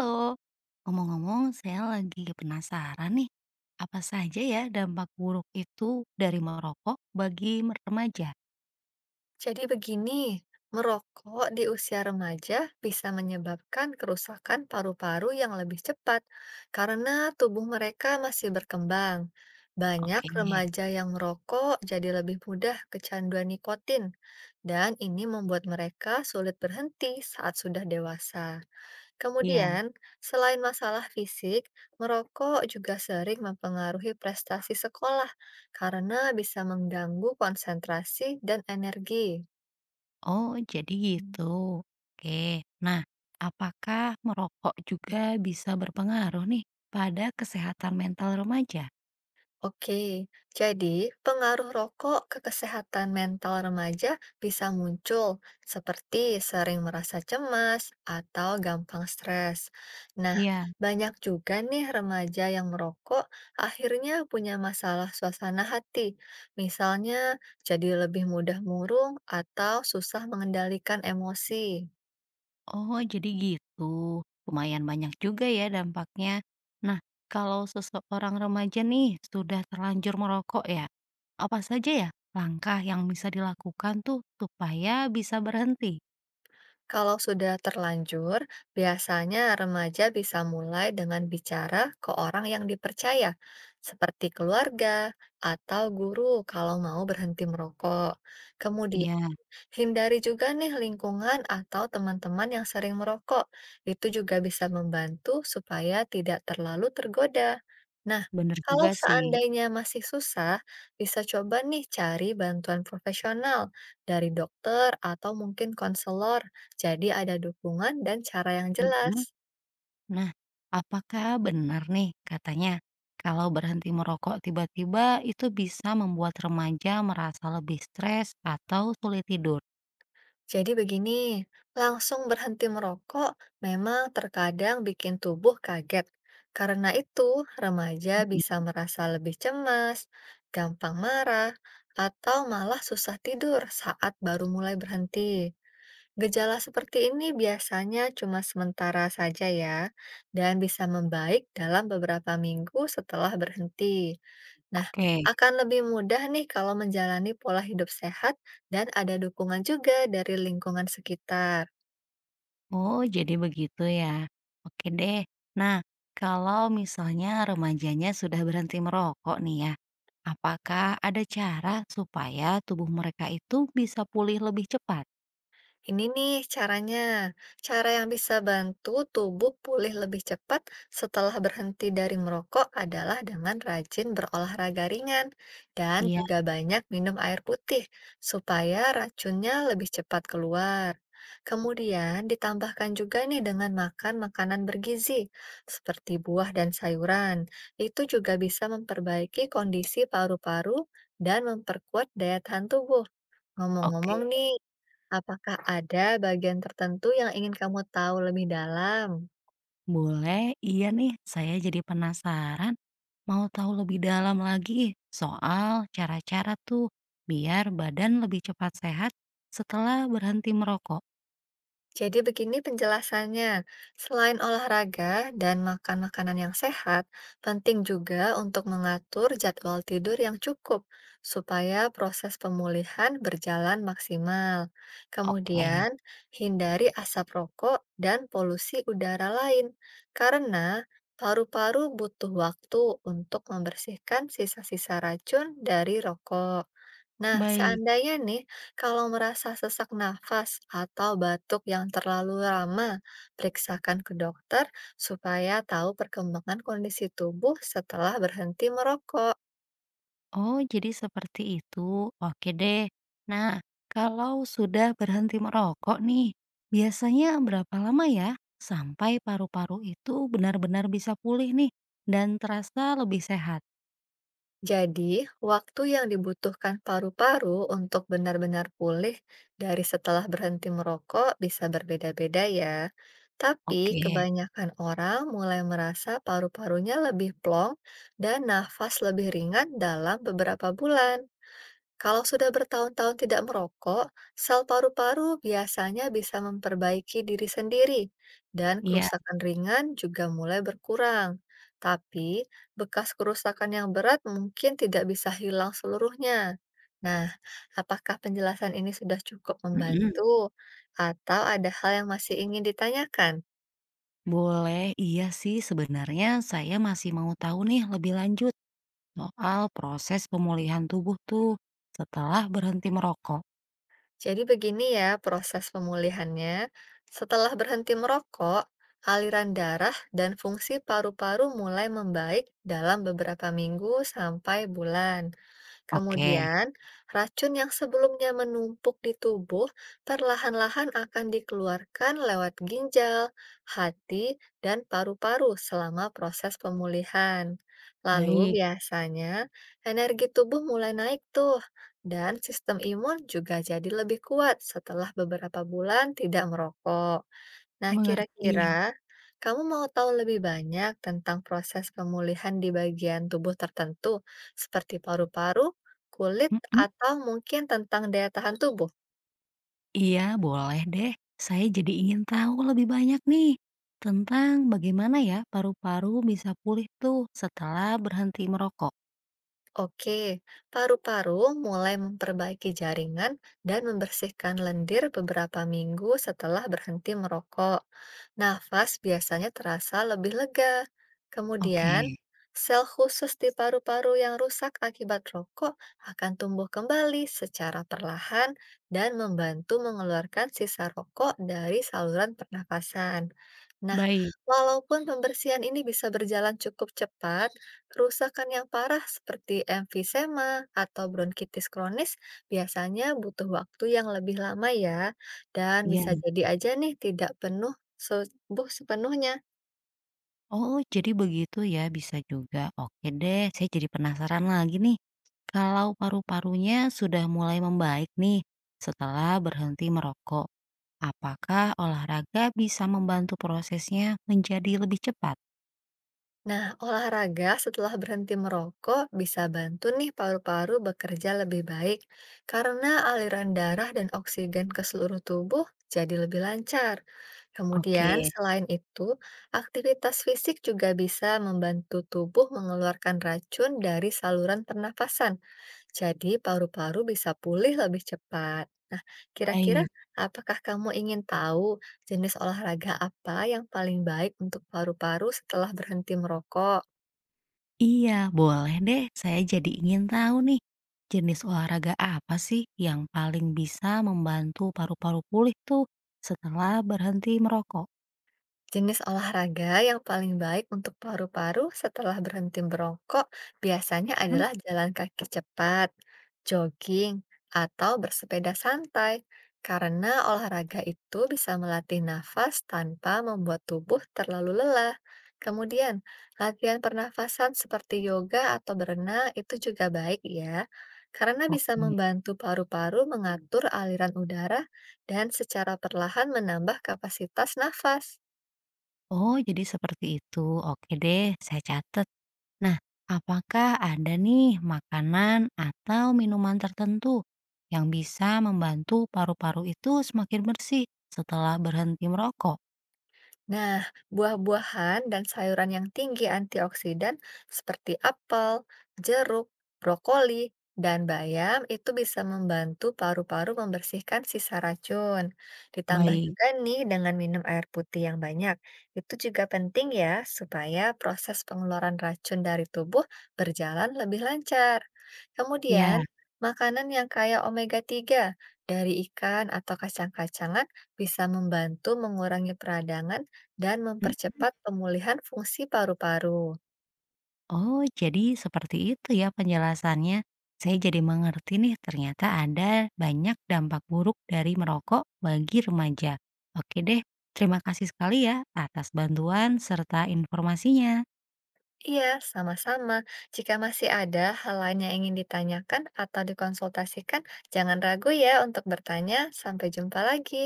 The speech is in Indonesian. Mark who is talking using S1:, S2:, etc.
S1: Halo. Ngomong-ngomong saya lagi penasaran nih, apa saja ya dampak buruk itu dari merokok bagi remaja?
S2: Jadi begini, merokok di usia remaja bisa menyebabkan kerusakan paru-paru yang lebih cepat karena tubuh mereka masih berkembang. Banyak
S1: Oke,
S2: remaja yang merokok jadi lebih mudah kecanduan nikotin, dan ini membuat mereka sulit berhenti saat sudah dewasa.
S1: iya.
S2: Kemudian, selain masalah fisik, merokok juga sering mempengaruhi prestasi sekolah karena bisa mengganggu konsentrasi dan energi.
S1: Oh, jadi
S2: Hmm.
S1: gitu. Oke. Nah, apakah merokok juga bisa berpengaruh nih pada kesehatan mental remaja?
S2: Oke, jadi pengaruh rokok ke kesehatan mental remaja bisa muncul seperti sering merasa cemas atau gampang stres. Nah,
S1: Iya.
S2: banyak juga nih remaja yang merokok akhirnya punya masalah suasana hati. Misalnya, jadi lebih mudah murung atau susah mengendalikan emosi.
S1: Oh, jadi gitu. Lumayan banyak juga ya dampaknya. Nah, kalau seseorang remaja nih sudah terlanjur merokok ya, apa saja ya langkah yang bisa dilakukan tuh supaya bisa berhenti?
S2: Kalau sudah terlanjur, biasanya remaja bisa mulai dengan bicara ke orang yang dipercaya, seperti keluarga atau guru kalau mau berhenti merokok. Kemudian,
S1: Iya,
S2: hindari juga nih lingkungan atau teman-teman yang sering merokok. Itu juga bisa membantu supaya tidak terlalu tergoda. Nah,
S1: bener
S2: kalau
S1: juga sih.
S2: seandainya masih susah, bisa coba nih cari bantuan profesional dari dokter atau mungkin konselor. Jadi ada dukungan dan cara yang jelas.
S1: Mhm. Nah, apakah benar nih katanya kalau berhenti merokok tiba-tiba itu bisa membuat remaja merasa lebih stres atau sulit tidur?
S2: Jadi begini, langsung berhenti merokok memang terkadang bikin tubuh kaget. Karena itu, remaja bisa
S1: Mhm.
S2: merasa lebih cemas, gampang marah, atau malah susah tidur saat baru mulai berhenti. Gejala seperti ini biasanya cuma sementara saja ya, dan bisa membaik dalam beberapa minggu setelah berhenti. Nah,
S1: Oke.
S2: akan lebih mudah nih kalau menjalani pola hidup sehat dan ada dukungan juga dari lingkungan sekitar.
S1: Oh, jadi begitu ya. Oke deh. Nah, kalau misalnya remajanya sudah berhenti merokok nih ya, apakah ada cara supaya tubuh mereka itu bisa pulih lebih cepat?
S2: Ini nih caranya, cara yang bisa bantu tubuh pulih lebih cepat setelah berhenti dari merokok adalah dengan rajin berolahraga ringan dan
S1: Iya,
S2: juga banyak minum air putih supaya racunnya lebih cepat keluar. Kemudian ditambahkan juga nih dengan makan makanan bergizi seperti buah dan sayuran. Itu juga bisa memperbaiki kondisi paru-paru dan memperkuat daya tahan tubuh.
S1: oke.
S2: Ngomong-ngomong nih, apakah ada bagian tertentu yang ingin kamu tahu lebih dalam?
S1: Boleh, iya nih. Saya jadi penasaran, mau tahu lebih dalam lagi soal cara-cara tuh biar badan lebih cepat sehat setelah berhenti merokok.
S2: Jadi begini penjelasannya, selain olahraga dan makan makanan yang sehat, penting juga untuk mengatur jadwal tidur yang cukup supaya proses pemulihan berjalan maksimal.
S1: Oke,
S2: Kemudian, hindari asap rokok dan polusi udara lain, karena paru-paru butuh waktu untuk membersihkan sisa-sisa racun dari rokok. Nah,
S1: baik.
S2: seandainya nih, kalau merasa sesak nafas atau batuk yang terlalu lama, periksakan ke dokter supaya tahu perkembangan kondisi tubuh setelah berhenti merokok.
S1: Oh, jadi seperti itu. Oke deh. Nah, kalau sudah berhenti merokok nih, biasanya berapa lama ya sampai paru-paru itu benar-benar bisa pulih nih dan terasa lebih sehat?
S2: Jadi, waktu yang dibutuhkan paru-paru untuk benar-benar pulih dari setelah berhenti merokok bisa berbeda-beda ya. Tapi
S1: Oke,
S2: kebanyakan orang mulai merasa paru-parunya lebih plong dan nafas lebih ringan dalam beberapa bulan. Kalau sudah bertahun-tahun tidak merokok, sel paru-paru biasanya bisa memperbaiki diri sendiri, dan
S1: iya.
S2: kerusakan ringan juga mulai berkurang. Tapi, bekas kerusakan yang berat mungkin tidak bisa hilang seluruhnya. Nah, apakah penjelasan ini sudah cukup
S1: Mm-mm.
S2: membantu, atau ada hal yang masih ingin ditanyakan?
S1: Boleh, iya sih sebenarnya saya masih mau tahu nih lebih lanjut soal proses pemulihan tubuh tuh setelah berhenti merokok.
S2: Jadi begini ya proses pemulihannya. Setelah berhenti merokok, aliran darah dan fungsi paru-paru mulai membaik dalam beberapa minggu sampai bulan.
S1: Oke,
S2: Kemudian, racun yang sebelumnya menumpuk di tubuh perlahan-lahan akan dikeluarkan lewat ginjal, hati, dan paru-paru selama proses pemulihan. Lalu
S1: baik,
S2: biasanya energi tubuh mulai naik tuh, dan sistem imun juga jadi lebih kuat setelah beberapa bulan tidak merokok. Nah,
S1: mengerti.
S2: kira-kira kamu mau tahu lebih banyak tentang proses pemulihan di bagian tubuh tertentu, seperti paru-paru, kulit,
S1: Mm-mm.
S2: atau mungkin tentang daya tahan tubuh?
S1: Iya, boleh deh. Saya jadi ingin tahu lebih banyak nih tentang bagaimana ya paru-paru bisa pulih tuh setelah berhenti merokok.
S2: Oke, paru-paru mulai memperbaiki jaringan dan membersihkan lendir beberapa minggu setelah berhenti merokok. Nafas biasanya terasa lebih lega.
S1: Oke,
S2: Kemudian, sel khusus di paru-paru yang rusak akibat rokok akan tumbuh kembali secara perlahan dan membantu mengeluarkan sisa rokok dari saluran pernafasan. Nah,
S1: baik.
S2: walaupun pembersihan ini bisa berjalan cukup cepat, kerusakan yang parah seperti emfisema atau bronkitis kronis biasanya butuh waktu yang lebih lama ya, dan
S1: Iya.
S2: bisa jadi aja nih tidak penuh sembuh sepenuhnya.
S1: Oh, jadi begitu ya bisa juga. Oke deh, saya jadi penasaran lagi nih. Kalau paru-parunya sudah mulai membaik nih setelah berhenti merokok, apakah olahraga bisa membantu prosesnya menjadi lebih cepat?
S2: Nah, olahraga setelah berhenti merokok bisa bantu nih paru-paru bekerja lebih baik karena aliran darah dan oksigen ke seluruh tubuh jadi lebih lancar.
S1: Oke,
S2: Kemudian, selain itu, aktivitas fisik juga bisa membantu tubuh mengeluarkan racun dari saluran pernafasan. Jadi, paru-paru bisa pulih lebih cepat. Nah, kira-kira
S1: baik.
S2: apakah kamu ingin tahu jenis olahraga apa yang paling baik untuk paru-paru setelah berhenti merokok?
S1: Iya, boleh deh. Saya jadi ingin tahu nih, jenis olahraga apa sih yang paling bisa membantu paru-paru pulih tuh setelah berhenti merokok?
S2: Jenis olahraga yang paling baik untuk paru-paru setelah berhenti merokok biasanya
S1: Ya.
S2: adalah jalan kaki cepat, jogging, atau bersepeda santai. Karena olahraga itu bisa melatih nafas tanpa membuat tubuh terlalu lelah. Kemudian, latihan pernafasan seperti yoga atau berenang itu juga baik ya, karena bisa
S1: Oke.
S2: membantu paru-paru mengatur aliran udara dan secara perlahan menambah kapasitas nafas.
S1: Oh, jadi seperti itu. Oke deh, saya catat. Nah, apakah ada nih makanan atau minuman tertentu yang bisa membantu paru-paru itu semakin bersih setelah berhenti merokok?
S2: Nah, buah-buahan dan sayuran yang tinggi antioksidan seperti apel, jeruk, brokoli, dan bayam itu bisa membantu paru-paru membersihkan sisa racun. Ditambah
S1: Baik.
S2: juga nih dengan minum air putih yang banyak. Itu juga penting ya supaya proses pengeluaran racun dari tubuh berjalan lebih lancar. Kemudian,
S1: Ya.
S2: makanan yang kaya omega-3 dari ikan atau kacang-kacangan bisa membantu mengurangi peradangan dan
S1: Mm.
S2: mempercepat pemulihan fungsi paru-paru.
S1: Oh, jadi seperti itu ya penjelasannya. Saya jadi mengerti nih, ternyata ada banyak dampak buruk dari merokok bagi remaja. Oke deh, terima kasih sekali ya atas bantuan serta informasinya.
S2: Iya, sama-sama. Jika masih ada hal lain yang ingin ditanyakan atau dikonsultasikan, jangan ragu ya untuk bertanya. Sampai jumpa lagi.